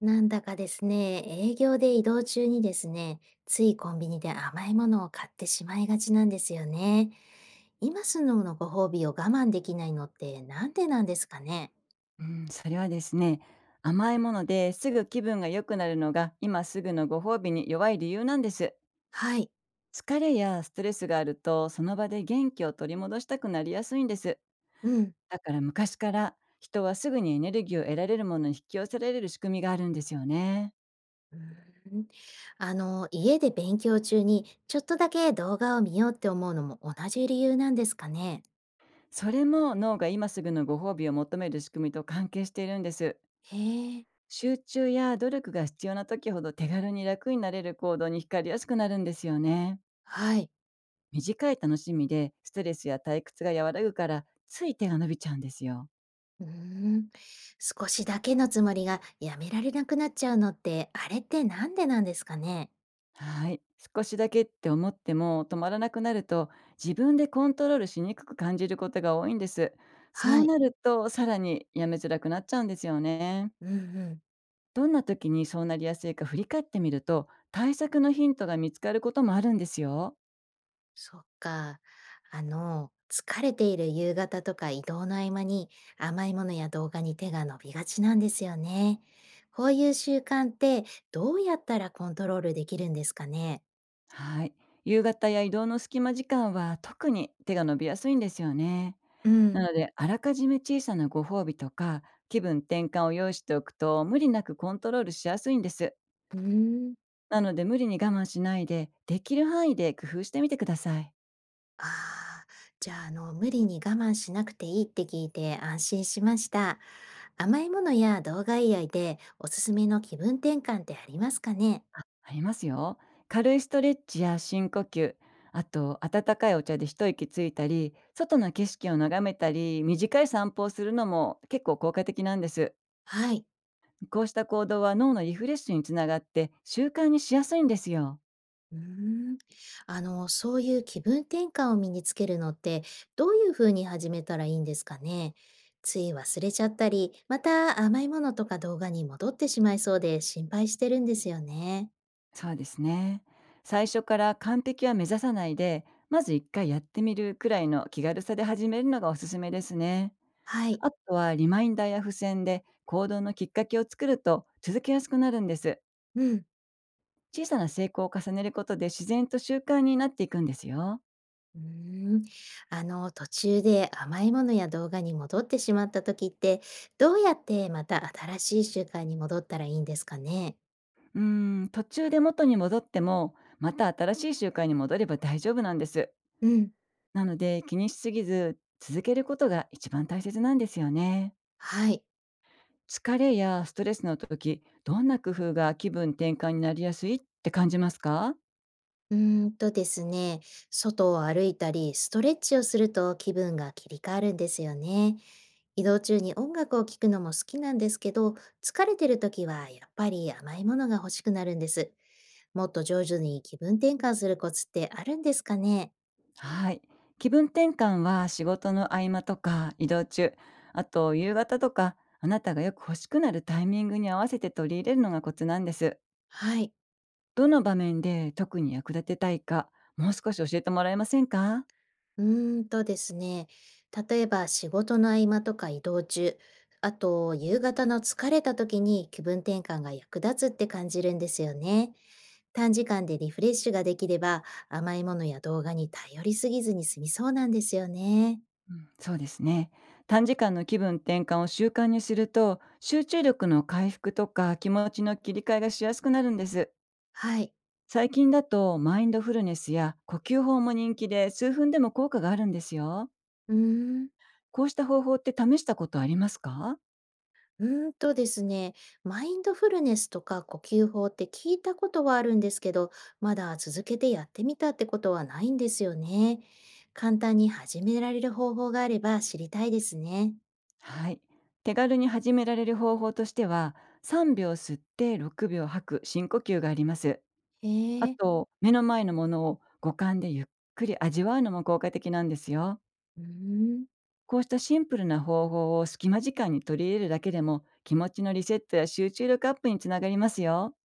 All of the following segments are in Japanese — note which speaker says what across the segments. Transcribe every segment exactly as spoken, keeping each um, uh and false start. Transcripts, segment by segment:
Speaker 1: なんだかですね、営業で移動中にですね、ついコンビニで甘いものを買ってしまいがちなんですよね。今すぐのご褒美を我慢できないのってなんでなんですかね？
Speaker 2: うん、それはですね、甘いものですぐ気分が良くなるのが今すぐのご褒美に弱い理由なんです。
Speaker 1: はい。
Speaker 2: 疲れやストレスがあると、その場で元気を取り戻したくなりやすいんです。
Speaker 1: うん。
Speaker 2: だから、昔から人はすぐにエネルギーを得られるものに引き寄せられる仕組みがあるんですよね。
Speaker 1: うーん。あの、家で勉強中にちょっとだけ動画を見ようって思うのも同じ理由なんですかね？
Speaker 2: それも脳が今すぐのご褒美を求める仕組みと関係しているんです。
Speaker 1: へえ、
Speaker 2: 集中や努力が必要な時ほど、手軽に楽になれる行動に惹かれやすくなるんですよね。
Speaker 1: はい。
Speaker 2: 短い楽しみでストレスや退屈が和らぐから、つい手が伸びちゃうんですよ。
Speaker 1: うーん。少しだけのつもりがやめられなくなっちゃうのって、あれってなんでなんですかね？
Speaker 2: はい。少しだけって思っても止まらなくなると、自分でコントロールしにくく感じることが多いんです。そ
Speaker 1: は
Speaker 2: う
Speaker 1: い。
Speaker 2: なると、さらにやめづらくなっちゃうんですよね。
Speaker 1: うんうん、
Speaker 2: どんな時にそうなりやすいか振り返ってみると、対策のヒントが見つかることもあるんですよ。
Speaker 1: そっか。あの、疲れている夕方とか移動の合間に甘いものや動画に手が伸びがちなんですよね。こういう習慣ってどうやったらコントロールできるんですかね？
Speaker 2: はい。夕方や移動の隙間時間は、特に手が伸びやすいんですよね。
Speaker 1: うん、
Speaker 2: なので、あらかじめ小さなご褒美とか、気分転換を用意しておくと、無理なくコントロールしやすいんです。
Speaker 1: うーん。
Speaker 2: なので、無理に我慢しないで、できる範囲で工夫してみてください。
Speaker 1: ああ、じゃあ、あの、無理に我慢しなくていいって聞いて安心しました。甘いものや動画以外でおすすめの気分転換ってありますかね？
Speaker 2: ありますよ。軽いストレッチや深呼吸、あと、温かいお茶で一息ついたり、外の景色を眺めたり、短い散歩をするのも結構効果的なんです。
Speaker 1: はい。
Speaker 2: こうした行動は脳のリフレッシュにつながって、習慣にしやすいんですよ。
Speaker 1: うーん。あの、そういう気分転換を身につけるのって、どういうふうに始めたらいいんですかね。つい忘れちゃったり、また甘いものとか動画に戻ってしまいそうで心配してるんですよね。
Speaker 2: そうですね。最初から完璧は目指さないで、まずいっかいやってみるくらいの気軽さで始めるのがおすすめですね。
Speaker 1: はい。
Speaker 2: あとは、リマインダーや付箋で行動のきっかけを作ると続けやすくなるんです。
Speaker 1: うん。
Speaker 2: 小さな成功を重ねることで、自然と習慣になっていくんですよ。
Speaker 1: うーん。あの、途中で甘いものや動画に戻ってしまった時って、どうやってまた新しい習慣に戻ったらいいんですかね。
Speaker 2: うーん、途中で元に戻っても、また新しい習慣に戻れば大丈夫なんです。
Speaker 1: うん。
Speaker 2: なので、気にしすぎず続けることが一番大切なんですよね。
Speaker 1: はい。
Speaker 2: 疲れやストレスの時、どんな工夫が気分転換になりやすいって感じますか？
Speaker 1: うーんとですね、外を歩いたり、ストレッチをすると気分が切り替わるんですよね。移動中に音楽を聴くのも好きなんですけど、疲れてる時はやっぱり甘いものが欲しくなるんです。もっと上手に気分転換するコツってあるんですかね？
Speaker 2: はい。気分転換は仕事の合間とか移動中、あと夕方とか、あなたがよく欲しくなるタイミングに合わせて取り入れるのがコツなんです。
Speaker 1: はい。
Speaker 2: どの場面で特に役立てたいか、もう少し教えてもらえませんか？
Speaker 1: うーんとですね、例えば仕事の合間とか移動中、あと夕方の疲れた時に気分転換が役立つって感じるんですよね。短時間でリフレッシュができれば、甘いものや動画に頼りすぎずに済みそうなんですよね。
Speaker 2: そうですね。短時間の気分転換を習慣にすると、集中力の回復とか気持ちの切り替えがしやすくなるんです。
Speaker 1: はい。
Speaker 2: 最近だと、マインドフルネスや呼吸法も人気で、数分でも効果があるんですよ。
Speaker 1: うーん。
Speaker 2: こうした方法って試したことありますか？
Speaker 1: うーんとですね、マインドフルネスとか呼吸法って聞いたことはあるんですけど、まだ続けてやってみたってことはないんですよね。簡単に始められる方法があれば知りたいですね。
Speaker 2: はい。手軽に始められる方法としては、さんびょう吸ってろくびょう吐く深呼吸があります。
Speaker 1: へ
Speaker 2: あ
Speaker 1: え。
Speaker 2: と、目の前のものを五感でゆっくり味わうのも効果的なんですよ。
Speaker 1: うーん。
Speaker 2: こうしたシンプルな方法を隙間時間に取り入れるだけでも、気持ちのリセットや集中力アップにつながりますよ。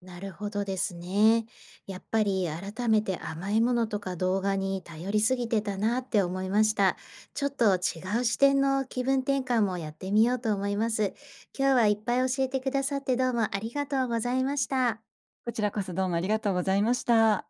Speaker 1: なるほどですね。やっぱり改めて甘いものとか動画に頼りすぎてたなって思いました。ちょっと違う視点の気分転換もやってみようと思います。今日はいっぱい教えてくださってどうもありがとうございました。
Speaker 2: こちらこそ、どうもありがとうございました。